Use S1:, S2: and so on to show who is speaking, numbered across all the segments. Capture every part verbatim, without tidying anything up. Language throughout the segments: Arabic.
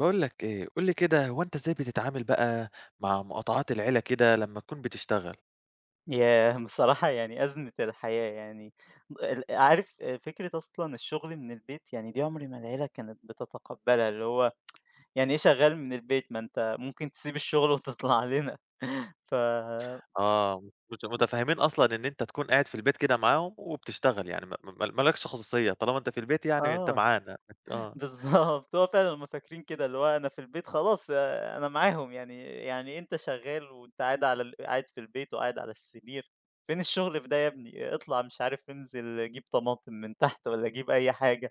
S1: باقول لك إيه، قُل لي كده هو أنت إزاي بتتعامل بقى مع مقاطعات العيلة كده لمّا تكون بتشتغل؟
S2: ياه! بصراحة يعني أزمة الحياة يعني ال عارف فكرة أصلًا الشغل من البيت يعني دي عمري ما العيلة كانت بتتقبلها، اللي هو يعني إيه شغال من البيت؟ ما أنت ممكن تسيب الشغل وتطلع لنا ف
S1: آه، مت متفهمين أصلًا إن أنت تكون قاعد في البيت كده معاهم وبتشتغل يعني ما ما ما لكش خصوصية، طالما أنت في البيت يعني أنت
S2: آه
S1: معانا بت آه،
S2: بالضبط، هو فعلًا هُم فاكرين كده اللي هو أنا في البيت خلاص آآ أنا معاهم يعني يعني أنت شغال وأنت قاعد على ال قاعد في البيت وقاعد على السرير، فين الشغل في ده يا ابني؟ اطلع مش عارف انزل جيب طماطم من تحت والّا جيب أي حاجة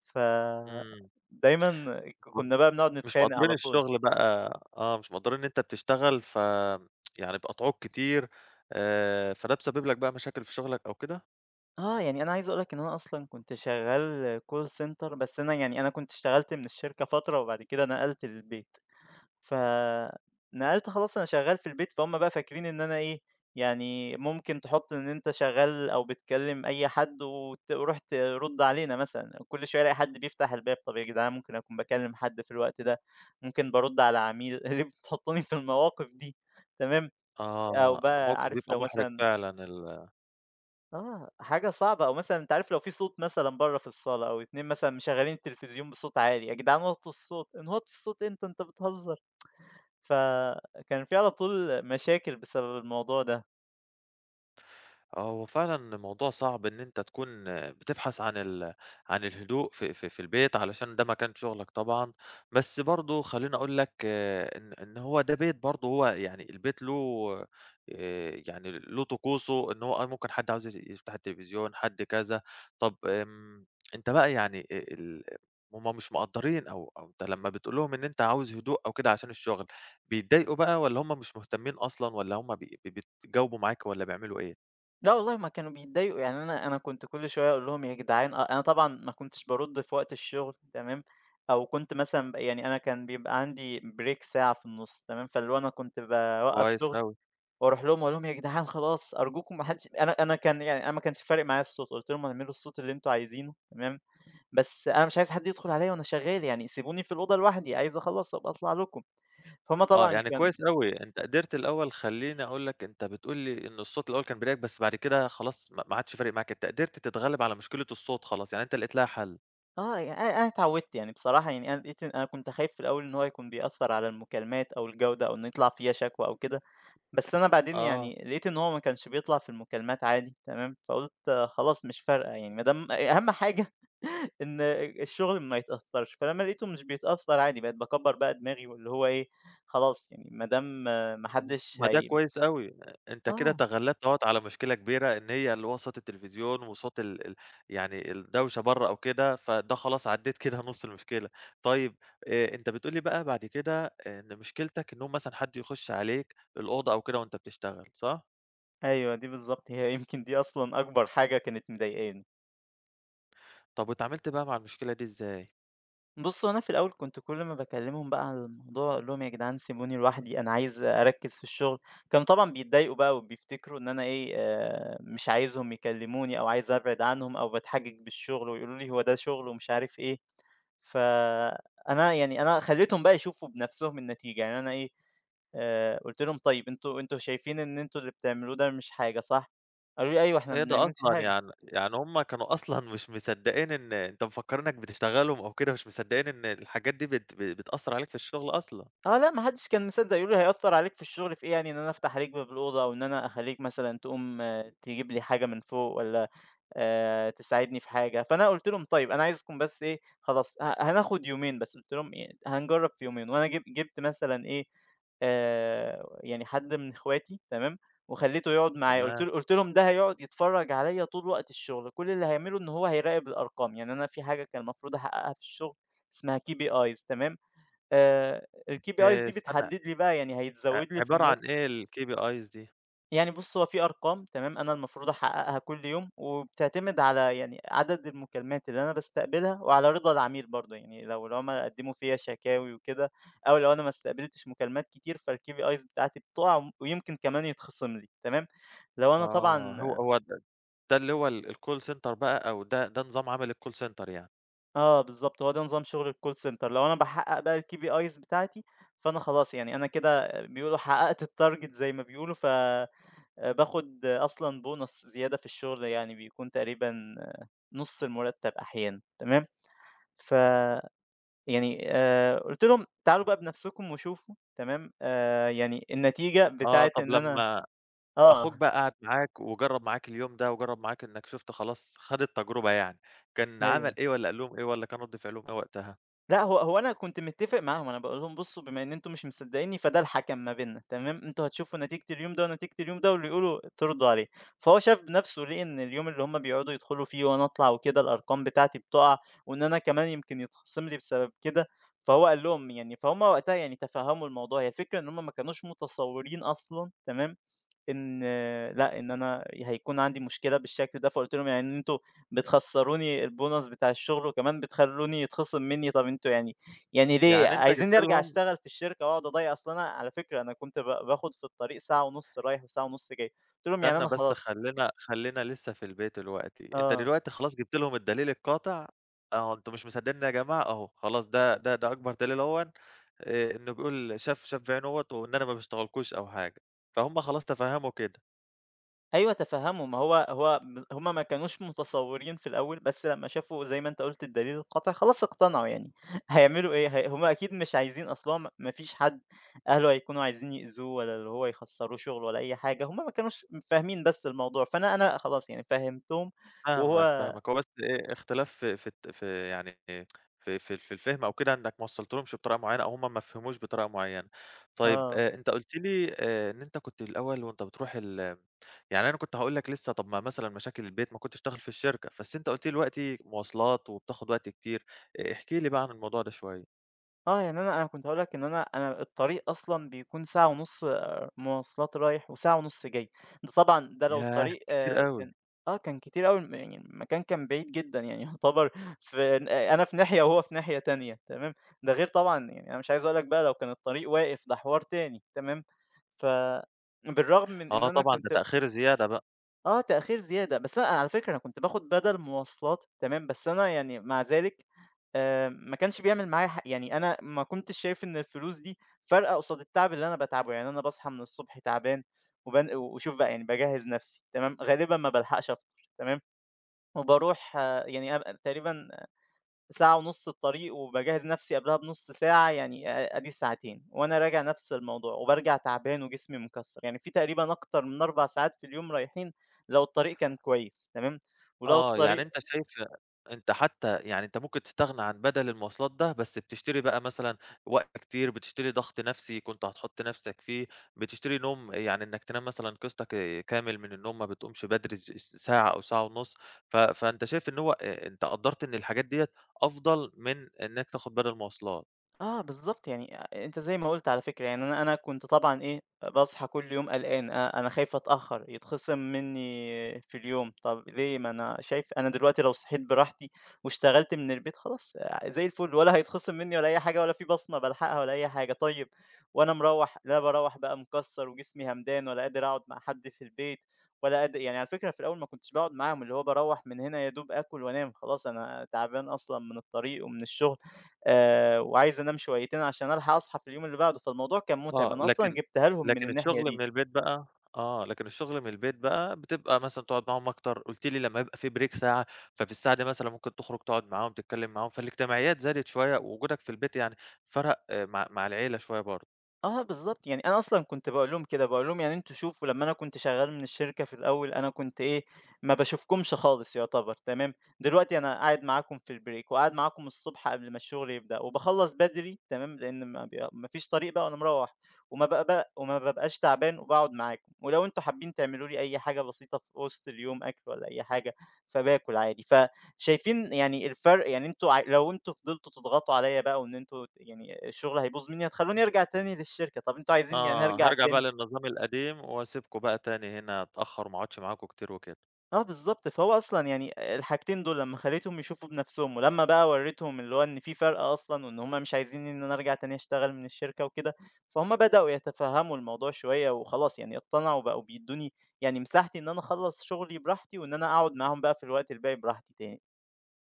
S2: ف
S1: إمم،
S2: دايمًا ك كنا بقى بنقعد
S1: مش
S2: نتخانق
S1: مقدّرين
S2: على طول.
S1: الشغل بقى. آه، مش مقدّرين إن أنت بتشتغل ف يعني بيقاطعوك كتير. آآ، فده مسبب لك بقى مشاكل في شغلك أو كده؟
S2: آه، يعني أنا عايز أقول لك إن أنا أصلًا كنت شغّال call center بس أنا يعني أنا كنت اشتغلت من الشركة فترة وبعد كده نقلت للبيت، فنقلت خلاص أنا شغّال في البيت فهُم بقى فاكرين إن أنا إيه، يعني ممكن تحُط إن أنت شغّال أو بتكلّم أي حد وت وروح ترُد علينا مثلًا، كل شوية ألاقي حد بيفتح الباب، طَب يا جدعان ممكن أكون باكلّم حد في الوقت ده، ممكن بارُد على عميل، ليه بتحطّوني في المواقف دي؟ تمام، أو
S1: آه،
S2: بقى
S1: موقف
S2: عارف
S1: بيبقى
S2: لو
S1: مُحرج
S2: مثلًا
S1: فعلًا ال
S2: آه، حاجة صعبة أو مثلًا أنت عارف لو في صوت مثلًا برّه في الصالة أو اتنين مثلًا مشغّلين التلفزيون بصوت عالي، "يا جدعان وطّوا الصوت." "نوطّي الصوت إمتى أنت بتهزر؟" فكان في على طول مشاكل بسبب الموضوع ده.
S1: آه، هو فعلًا موضوع صعب إن أنت تكون بتبحث عن ال عن الهدوء في في في البيت علشان ده مكان شغلك طبعًا، بس برضه خلّيني أقول لك آه، إن إن هو ده بيت برضه هو يعني البيت له آآ، يعني له طقوسه إن هو آه، ممكن حد عاوز ي يفتح التلفزيون، حد كذا، طب آمم، أنت بقى يعني آآ، ال هُم مش مقدّرين أو أو أنت لمّا بتقول لهم إن أنت عاوز هدوء أو كده عشان الشغل، بيتضايقوا بقى والّا هُم مش مهتمين أصلًا والّا هُم بي بي بيتجاوبوا معاك والّا بيعملوا إيه؟
S2: لأ والله ما كانوا بيتضايقوا، يعني أنا أنا كنت كل شوية أقول لهم: "يا جدعان." أ أنا طبعًا ما كنتش بارُد في وقت الشغل تمام، أو كنت مثلًا ب يعني أنا كان بيبقى عندي break ساعة في النُص تمام، فاللي هو أنا كنت باوقّف
S1: كويس
S2: شغل
S1: أوي.
S2: وأروح لهم وأقول لهم: "يا جدعان خلاص أرجوكم ما حدش" أنا أنا كان يعني أنا ما كانش فارق معايا الصوت، قُلت لهم: "اعملوا الصوت اللي أنتم عايزينه تمام، بس أنا مش عايز حد يدخل عليَّ وأنا شغال، يعني سيبوني في الأوضة لوحدي، عايز أخلّص أبقى أطلع لكم." فهُم
S1: آه،
S2: طبعًا
S1: يعني
S2: كان
S1: كويس أوي، أنت قدرت الأول خلّيني أقول لك أنت بتقول لي إن الصوت الأول كان بيضايقك، بس بعد كده خلاص ما ما عادش فارق معاك، أنت قدرت تتغلب على مشكلة الصوت خلاص، يعني أنت لقيت لها حل.
S2: آه، يعني أنا أنا اتعودت يعني بصراحة يعني أنا لقيت إن أنا كنت خايف في الأول إن هو يكون بيأثّر على المكالمات أو الجودة أو إن يطلع فيّا شكوى أو كده، بس أنا بعدين
S1: آه،
S2: يعني لقيت إن هو ما كانش بيطلع في المكالمات عادي تمام، فقُلت آه خلاص مش فارقة يعني ما دام أهم حاجة إن الشغل ما يتأثّرش، فلمّا لقيته مش بيتأثّر عادي بقيت باكبّر بقى دماغي واللي هو إيه، خلاص يعني ما دام ما
S1: طب
S2: حدّش
S1: ما ده
S2: هي
S1: كويس أوي، أ أنت كده
S2: آه،
S1: تغلبت أهوّة على مشكلة كبيرة، إن هي اللي هو صوت التلفزيون وصوت ال ال يعني الدوشة برّه أو كده، فده خلاص عدّيت كده نُص المشكلة. طيب آآ، أنت بتقول لي بقى بعد كده إن مشكلتك إن هو مثلًا حد يخش عليك الأوضة أو كده وأنت بتشتغل، صح؟
S2: أيوه دي بالضبط، هي يمكن دي أصلًا أكبر حاجة كانت مضايقاني.
S1: طب واتعاملت بقى مع المشكلة دي إزاي؟
S2: بُص، هو أنا في الأول كنت كل ما باكلّمهم بقى على الموضوع أقول لهم: "يا جدعان سيبوني لوحدي، أنا عايز أركّز في الشغل." كانوا طبعًا بيتضايقوا بقى وبيفتكروا إن أنا إيه، آآ مش عايزهم يكلّموني أو عايز أبعد عنهم أو باتحجج بالشغل ويقولوا لي: "هو ده شغل." ومش عارف إيه. فأنا يعني أنا خلّيتهم بقى يشوفوا بنَفْسهم النتيجة، يعني أنا إيه، آآ قُلت لهم: "طيب أنتم أنتم شايفين إن أنتم اللي بتعملوه ده مش حاجة صح؟" قالوا لي: "أيوه إحنا
S1: إيه
S2: ما
S1: ده
S2: بنعملش
S1: أصلًا
S2: حاجة."
S1: يعني يعني هم كانوا أصلًا مش مصدقين إن أنت مفكّرينك بتشتغلهم أو كده، مش مصدقين إن الحاجات دي بت ب بتأثّر عليك في الشغل أصلًا.
S2: آه، لأ ما حدش كان مصدّق، يقولوا لي: "هيأثّر عليك في الشغل في إيه يعني إن أنا أفتح عليك باب الأوضة أو إن أنا أخلّيك مثلًا تقوم آه، تجيب لي حاجة من فوق والّا" آآ تساعدني في حاجة، فأنا قُلت لهم: "طيب أنا عايزكم بس إيه خلاص ه هناخد يومين بس." قُلت لهم إيه: "هنجرّب في يومين." وأنا جب جِبت مثلًا إيه آآ يعني حد من إخواتي تمام، وخلّيته يقعد معايا، قُلت
S1: تمام.
S2: له قُلت لهم: "ده هيقعد يتفرّج عليَّ طول وقت الشغل، كل اللي هيعمله إن هو هيراقب الأرقام." يعني أنا في حاجة كان المفروض أحققها في الشغل اسمها كي بي آي إس تمام، آآ
S1: آآ
S2: الKPIs دي
S1: استنى،
S2: بتحدد لي بقى يعني
S1: ع
S2: هيتزوّد لي في
S1: عبارة عن
S2: المُرتب
S1: إيه الKPIs دي؟
S2: يعني بُص، هو في أرقام تمام، أنا المفروض أحققها كل يوم، وبتعتمد على يعني عدد المكالمات اللي أنا باستقبلها، وعلى رضا العميل برضه، يعني لو العملا قدموا فيّا شكاوي وكده، أو لو أنا ما استقبلتش مكالمات كتير فالKPIs بتاعتي بتقع، ويمكن كمان يتخصم لي تمام، لو أنا طبعًا
S1: آه، هو هو د ده اللي هو ال الcall center بقى أو ده ده نظام عمل الcall center يعني.
S2: آه بالضبط، هو ده نظام شغل الcall center لو أنا باحقق بقى الKPIs بتاعتي، فأنا خلاص يعني أنا كده بيقولوا حققت الtarget زي ما بيقولوا ف آآ باخد أصلًا bonus زيادة في الشغل يعني بيكون تقريبًا نُص المرتب أحيانًا تمام، فيعني آآ قُلت لهم تعالوا بقى بنفسكم وشوفوا تمام، آآ يعني النتيجة
S1: آه،
S2: بتاعة
S1: طب
S2: إن أنا
S1: لمّا أخوك
S2: آه،
S1: بقى قعد معاك وجرّب معاك اليوم ده، وجرّب معاك إنك شُفت خلاص خَد التجربة يعني، كان عمل
S2: أيوه.
S1: إيه والّا قال لهم إيه والّا كان رَد فعلهم إيه وقتها؟
S2: لأ، هو هو أنا كنت متّفق معاهم، أنا باقول لهم: "بُصّوا، بما إن أنتم مش مصدّقينّي فده الحَكَم ما بيننا، تمام؟ أنتم هتشوفوا نتيجة اليوم ده ونتيجة اليوم ده واللي يقولوا ترضوا عليه." فهو شاف بنَفْسه لقي إن اليوم اللي هم بيقعدوا يدخلوا فيه وأنا أطلع وكده الأرقام بتاعتي بتُقع وإن أنا كمان يمكن يتخصم لي بسبب كده، فهو قال لهم يعني فهُم وقتها يعني تفهّموا الموضوع، هي الفكرة إن هم ما كانوش متصوّرين أصلًا تمام، إن لأ، إن أنا هيكون عندي مشكلة بالشكل ده، فقُلت لهم: "يعني أنتم بتخسّروني البونص بتاع الشغل وكمان بتخلّوني يتخصم منّي، طَب أنتم يعني يعني ليه؟
S1: يعني أنت جِبت
S2: عايزينّي أرجع
S1: لهم
S2: أشتغل في الشركة وأقعد أضيّع أصل أنا على فكرة أنا كنت ب باخُد في الطريق ساعة ونُص رايح وساعة ونُص جاي." قُلت لهم: "يعني
S1: استنى
S2: أنا
S1: بس
S2: خلاص."
S1: خلّينا خلّينا لسه في البيت دلوقتي، أنت
S2: آه.
S1: دلوقتي خلاص جِبت لهم الدليل القاطع، أهو أنتم مش مصدقينّي يا جماعة أهو، خلاص ده ده ده أكبر دليل أهوًا، آآ إنه بيقول شاف شاف بعينه أهوّة وإن أنا ما باشتغلكوش أو حاجة، فهُم خلاص تفهّموا كده.
S2: أيوه تفهّموا، ما هو هو ب هم ما كانوش متصوّرين في الأول، بس لمّا شافوا زي ما أنت قُلت الدليل القاطع خلاص اقتنعوا يعني، هيعملوا إيه؟ هي هم أكيد مش عايزين أصل هو م ما فيش حد أهله هيكونوا عايزين يأذوه ولا اللي هو يخسّروه شُغله ولا أي حاجة، هم ما كانوش فاهمين بس الموضوع، فأنا أنا خلاص يعني فهّمتهم
S1: فاهمك،
S2: وهو
S1: فاهمك. هو بس إيه، اختلاف في في الت في يعني في في في الفهم أو كده إنّك ما وصّلتلهمش بطريقة معيّنة أو هم ما فهموش بطريقة معيّنة. طيب
S2: آه.
S1: آآ أنت قُلت لي آآ إن أنت كنت الأول وأنت بتروح ال يعني أنا كنت هاقول لك لسه طب ما مثلًا مشاكل البيت ما كنتش داخل في الشركة، بس أنت قُلت لي دلوقتي مواصلات وبتاخد وقت كتير. آآ احكِ لي بقى عن الموضوع ده شوية.
S2: آه، يعني أنا أنا كنت هاقول لك إن أنا أنا الطريق أصلًا بيكون ساعة ونُص آه، مواصلات رايح وساعة ونُص جاي، ده طبعًا ده لو
S1: ياه!
S2: الطريق
S1: كتير
S2: آآ
S1: أوي.
S2: كان آه، كان كتير أوي م يعني المكان كان بعيد جدًا، يعني يعتبر في ن أنا في ناحية وهو في ناحية تانية تمام، ده غير طبعًا يعني أنا مش عايز أقول لك بقى لو كان الطريق واقف ده حوار تاني تمام، فبالرغم من إن
S1: آه
S2: أنا
S1: طبعًا، ده
S2: كنت
S1: تأخير زيادة بقى.
S2: آه، تأخير زيادة، بس أنا على فكرة أنا كنت باخد بدل مواصلات تمام، بس أنا يعني مع ذلك آآ، ما كانش بيعمل معايا ح يعني أنا ما كنتش شايف إن الفلوس دي فارقة قصاد التعب اللي أنا باتعبه، يعني أنا باصحى من الصبح تعبان وبان وشوف بقى يعني باجهّز نفسي تمام، غالبًا ما بالحقش أفطر تمام، وباروح يعني أب تقريبًا ساعة ونُص الطريق، وباجهّز نَفْسي قبلها بنُص ساعة، يعني أ أدي ساعتين، وأنا راجع نَفْس الموضوع، وبارجع تعبان وجسمي مكسّر، يعني في تقريبًا أكتر من أربع ساعات في اليوم رايحين لو الطريق كان كويس، تمام، ولو
S1: آه، يعني
S2: الطريق
S1: أنت شايف أنت حتى يعني أنت ممكن تستغنى عن بدل المواصلات ده، بس بتشتري بقى مثلًا وقت كتير، بتشتري ضغط نفسي كنت هتحُط نفسك فيه، بتشتري نوم يعني إنّك تنام مثلًا قسطك كامل من النوم، ما بتقومش بدري س ساعة أو ساعة ونُص، ف فأنت شايف إن هو أ أنت قدّرت إن الحاجات ديّة أفضل من إنّك تاخد بدل مواصلات.
S2: آه بالضبط، يعني أ أنت زي ما قُلت على فكرة، يعني أنا أنا كنت طبعًا إيه، باصحى كل يوم قلقان، أ أنا خايف أتأخّر، يتخصم منّي في اليوم، طَب ليه ما أنا شايف أنا دلوقتي لو صحيت براحتي واشتغلت من البيت خلاص آآ زي الفل، ولا هيتخصم منّي ولا أي حاجة ولا في بصمة بالحقها ولا أي حاجة، طيب وأنا مروّح لا باروّح بقى مكسّر وجسمي همدان ولا قادر أقعد مع حد في البيت ولا قاد يعني على فكرة في الأول ما كنتش باقعد معاهم، اللي هو باروّح من هنا يا دوب آكل وأنام، خلاص أنا تعبان أصلًا من الطريق ومن الشغل. آآ وعايز أنام شويتين عشان ألحق أصحى في اليوم اللي بعده، فالموضوع كان مُتعب،
S1: آه،
S2: أنا أصلًا
S1: لكن
S2: جِبتها لهم من
S1: لكن
S2: الناحية
S1: الشغل من
S2: دي.
S1: البيت بقى آه، لكن الشغل من البيت بقى بتبقى مثلًا تقعد معاهم أكتر، قُلت لي لمّا يبقى في بريك ساعة، ففي الساعة دي مثلًا ممكن تخرج تقعد معاهم، تتكلم معاهم، فالاجتماعيات زادت شوية، ووجودك في البيت يعني فرَق آه، مع مع العيلة شوية برضه.
S2: آه بالضبط، يعني أنا أصلًا كنت باقول لهم كده، باقول لهم يعني أنتم شوفوا لمّا أنا كنت شغّال من الشركة في الأول، أنا كنت إيه، ما باشوفكمش خالص يُعتبر تمام، دلوقتي أنا قاعد معاكم في البريك وقاعد معاكم الصبح قبل ما الشغل يبدأ وباخلّص بدري تمام، لإن ما بي ما فيش طريق بقى وأنا مروّح وما بق بق وما بابقاش تعبان وباقعد معاكم، ولو أنتم حابين تعملوا لي أي حاجة بسيطة في وسط اليوم أكل والّا أي حاجة، فباكل عادي. ف شايفين يعني الفرق يعني أنتم ع لو أنتم فضلتوا تضغطوا عليَّ بقى وإن أنتم يعني الشغل هيبوظ منّي، هتخلّوني أرجع تاني للشركة، طَب أنتم عايزينّي يعني
S1: آه،
S2: أرجع
S1: هارجع بقى
S2: تاني
S1: للنظام القديم وأسيبكم بقى تاني هنا أتأخر وما أقعدش معاكم كتير وكده.
S2: آه بالضبط، فهو أصلًا يعني الحاجتين دول لمّا خلّيتهم يشوفوا بنَفْسهم، ولمّا بقى ورّيتهم اللي هو إن في فرق أصلًا وإن هُم مش عايزينّي إن أنا أرجع تاني أشتغل من الشركة وكده، فهُم بدأوا يتفهّموا الموضوع شوية وخلاص يعني اقتنعوا وبقوا بيدّوني يعني مساحتي إن أنا أخلّص شغلي براحتي وإن أنا أقعد معاهم بقى في الوقت الباقي براحتي تاني.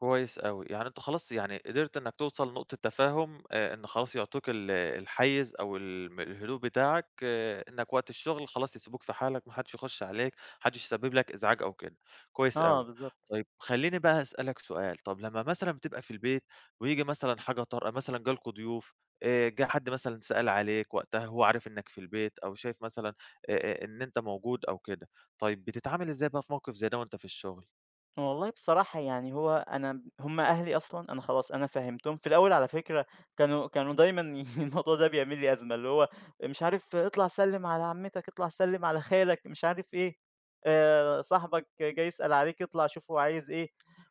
S1: كويس أوي، يعني أنت خلاص يعني قدرت إنك توصل لنقطة تفاهم آآ، إن خلاص يعطوك ال الحيّز أو الم الهدوء بتاعك آه، إنك وقت الشغل خلاص يسيبوك في حالك، ما حدش يخش عليك، ما حدش يسبب لك إزعاج أو كده، كويس
S2: آه
S1: أوي.
S2: بالضبط.
S1: طيب خلّيني بقى أسألك سؤال، طب لمّا مثلًا بتبقى في البيت وييجي مثلًا حاجة طارئة، مثلًا جالكم ضيوف آآ، جه حد مثلًا سأل عليك وقتها هو عارف إنك في البيت أو شايف مثلًا آآ، إن أنت موجود أو كده، طيب بتتعامل إزاي بقى في موقف زي ده وأنت في الشغل؟
S2: والله بصراحة يعني هو أنا هم أهلي أصلًا أنا خلاص أنا فهمتهم، في الأول على فكرة كانوا كانوا دايمًا الموضوع ده بيعمل لي أزمة، اللي هو مش عارف اطلع سلِّم على عمتك، اطلع سلِّم على خالك، مش عارف إيه، آآ صاحبك جاي يسأل عليك اطلع شوف هو عايز إيه،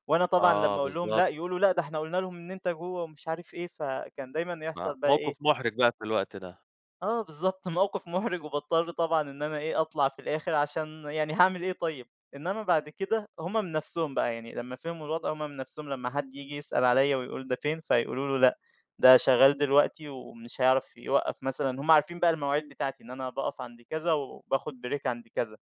S2: وأنا طبعًا
S1: آه،
S2: لمّا أقول لهم
S1: بالضبط.
S2: لأ، يقولوا لأ ده إحنا قُلنا لهم إن أنت جوّه ومش عارف إيه، فكان دايمًا
S1: ما
S2: يحصل بقى إيه
S1: موقف محرج بقى في الوقت ده.
S2: آه بالضبط، موقف مُحرِج وباضطر طبعًا إن أنا إيه، أطلع في الآخر عشان يعني هاعمل إيه طيب؟ إنّما بعد كده هم من نَفْسهم بقى، يعني لمّا فهموا الوضع هم من نَفْسهم لمّا حد ييجي يسأل عليّا ويقول ده فين، فيقولوا له لأ، ده شغّال دلوقتي ومش هيعرف يوقّف مثلًا هم عارفين بقى المواعيد بتاعتي، إن أنا باقف عند كذا وباخُد break عند كذا.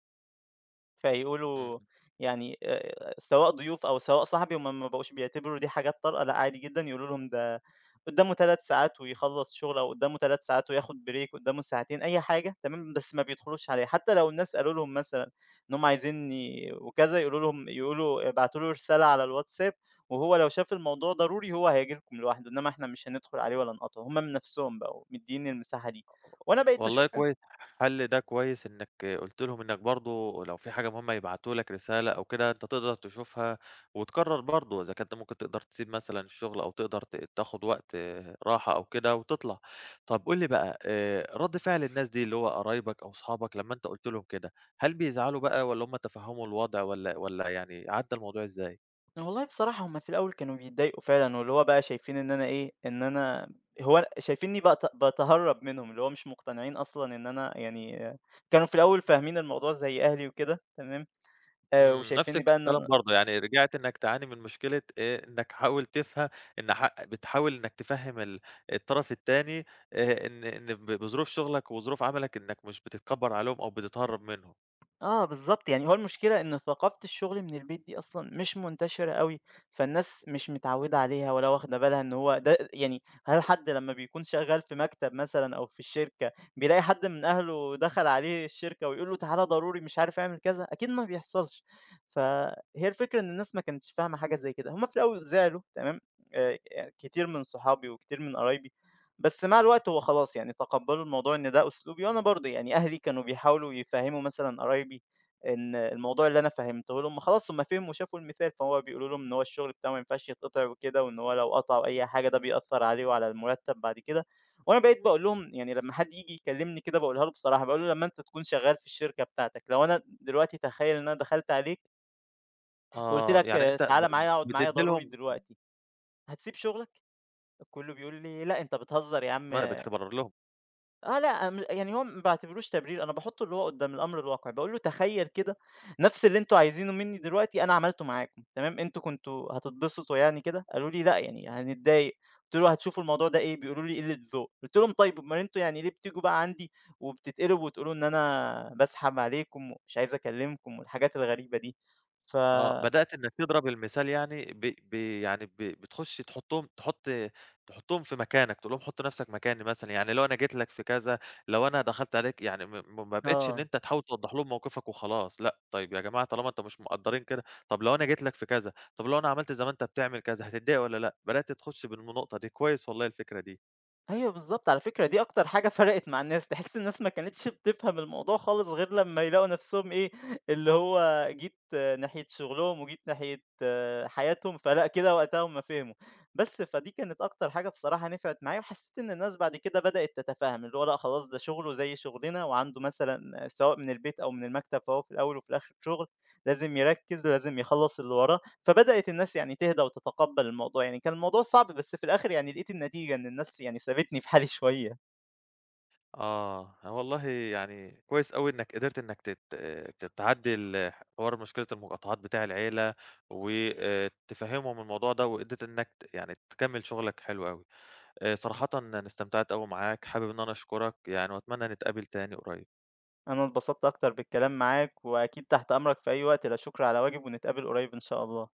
S2: فيقولوا
S1: إمم.
S2: يعني، آآ سواء ضيوف أو سواء صاحبي، هُم ما بقوش بيعتبروا دي حاجات طارئة. لأ، عادي جدًا يقولوا لهم ده قدّامه 3 ساعات ويخلّص شغل، أو قدّامه 3 ساعات وياخد break، قدّامه ساعتين، أي حاجة تمام، بس ما بيدخلوش عليها. حتى لو الناس قالوا لهم مثلًا إن هُم عايزينّي وكذا، يقولوا لهم يقولوا ابعتوا له رسالة على الواتساب، وهو لو شاف الموضوع ضروري هو هييجي لكم لوحده، إنّما إحنا مش هندخل عليه ولا نقاطعه. هُم من نَفْسهم بقوا مدّينّي المساحة دي، وأنا بقيت
S1: والله
S2: باشوف.
S1: كويس، حل ده كويس إنّك قُلت لهم إنّك برضه لو في حاجة مهمة يبعتوا لك رسالة أو كده أنت تقدر تشوفها وتقرّر برضه إذا كنت ممكن تقدر تسيب مثلًا الشغل أو تقدر ت تاخُد وقت راحة أو كده وتطلع. طَب قُل لي بقى آآ رَد فعل الناس دي اللي هو قرايبك أو صحابك لمّا أنت قُلت لهم كده، هل بيزعلوا بقى والّا هم تفهّموا الوضع والّا والّا يعني عدّى الموضوع إزاي؟
S2: والله بصراحة هُم في الأول كانوا بيتضايقوا فعلًا، واللي هو بقى شايفين إن أنا إيه، إن أنا هو أنا- شايفينّي بت باتهرّب منهم، اللي هو مش مقتنعين أصلًا إن أنا يعني، آه، كانوا في الأول فاهمين الموضوع زي أهلي وكده تمام، آآ
S1: إمم، نفس
S2: وشايفينّي بقى
S1: الكلام
S2: إن
S1: برضه، يعني رجعت إنك تعاني من مشكلة آآ، إنك حاول تفه إن ح بتحاول إنك تفهم ال الطرف التاني آآ، إن إن ب بظروف شغلك وظروف عملك إنك مش بتتكبر عليهم أو بتتهرب منهم.
S2: آه بالضبط، يعني هو المشكلة إن ثقافة الشغل من البيت دي أصلًا مش منتشرة أوي، فالناس مش متعودة عليها ولا واخدة بالها إن هو ده. يعني هل حد لمّا بيكون شغال في مكتب مثلًا أو في الشركة بيلاقي حد من أهله دخل عليه الشركة ويقول له تعالَ ضروري مش عارف اعمل كذا؟ أكيد ما بيحصلش. فهي الفكرة إن الناس ما كانتش فاهمة حاجة زي كده، هُم في الأول زعلوا تمام، آآ كتير من صحابي وكتير من قرايبي، بس مع الوقت هو خلاص يعني تقبلوا الموضوع إن ده أسلوبي. وأنا برضه يعني أهلي كانوا بيحاولوا يفهّموا مثلًا قرايبي إن الموضوع اللي أنا فهّمته لهم خلاص هم فهموا وشافوا المثال، فهو بيقولوا لهم إن هو الشغل بتاعه ما ينفعش يتقطع وكده، وإن هو لو قطع أو أي حاجة ده بيأثّر عليه وعلى المرتب بعد كده. وأنا بقيت باقول لهم، يعني لمّا حد ييجي يكلمني كده باقولها له بصراحة، باقول له: "لمّا أنت تكون شغال في الشركة بتاعتك، لو أنا دلوقتي تخيّل إن أنا دخلت عليك وقُلت
S1: آه،
S2: لك
S1: يعني أنت ب
S2: تعالَ معايا اقعد معايا
S1: بتدّي
S2: ضروري
S1: لهم
S2: دلوقتي، هتسيب شغلك؟" الكل بيقول لي: "لأ أنت بتهزر يا عم."
S1: ما بتبرر لهم
S2: آه لأ، م يعني هو ما باعتبروش تبرير، أنا باحطّه اللي هو قدّام الأمر الواقع، باقول له تخيّل كده، نفْس اللي أنتم عايزينه منّي دلوقتي أنا عملته معاكم، تمام، أنتم كنتم هتتبسطوا يعني كده؟ قالوا لي: "لأ، يعني هنتضايق." قُلت له: "هتشوفوا الموضوع ده إيه؟" بيقولوا لي: "قِلّة ذوق." قُلت لهم: "طيب أُمّال أنتم يعني ليه بتيجوا بقى عندي وبتتقلبوا وتقولوا إن أنا باسحب عليكم ومش عايز أكلّمكم والحاجات الغريبة دي؟" ف
S1: آه، بدأت إنك تضرب المثال يعني ب ب يعني ب بتخُش تحُطّهم تحُط تحُطّهم في مكانك، تقول لهم حُط نَفْسك مكاني مثلًا، يعني لو أنا جيت لك في كذا، لو أنا دخلت عليك يعني م م ما بقيتش إن
S2: آه.
S1: أنت تحاول توضّح لهم موقفك وخلاص، لأ، طيب يا جماعة طالما أنتم مش مقدّرين كده، طَب لو أنا جيت لك في كذا، طَب لو أنا عملت زي ما أنت بتعمل كذا هتتضايق والّا لأ؟ بدأت تخُش بالم النقطة دي، كويس والله الفكرة دي.
S2: أيوه بالضبط، على فكرة دي أكتر حاجة فرقت مع الناس، تحس الناس ما كانتش بتفهم الموضوع خالص غير لمّا يلاقوا نَفْسهم إيه، اللي هو جيت آه، ناحية شغلهم وجيت ناحية آه، حياتهم، فلأ كده وقتها هم فهموا. بس فدي كانت أكتر حاجة بصراحة نفعت معايا، وحسّيت إن الناس بعد كده بدأت تتفاهم، اللي هو لأ خلاص ده شغله زي شغلنا وعنده مثلًا آه، سواء من البيت أو من المكتب، فهو في الأول وفي الآخر شغل، لازم يركّز، لازم يخلّص اللي وراه. فبدأت الناس يعني تهدى وتتقبّل الموضوع، يعني كان الموضوع صعب بس في الآخر يعني لقيت النتيجة إن الناس يعني سابتني في حالي شوية.
S1: آه، والله يعني كويس أوي إنّك قدرت إنّك تت ت تعدّي ال حوار مشكلة المقاطعات بتاع العيلة، وآآ تفهّمهم الموضوع ده، وقدرت إنّك ت يعني تكمّل شغلك حلو أوي. آآ صراحةً أنا استمتعت أوي معاك، حابب إن أنا أشكرك يعني وأتمنى نتقابل تاني قريب.
S2: أنا اتبسطت أكتر بالكلام معاك، وأكيد تحت أمرك في أي وقت، لا شكر على واجب ونتقابل قريب إن شاء الله.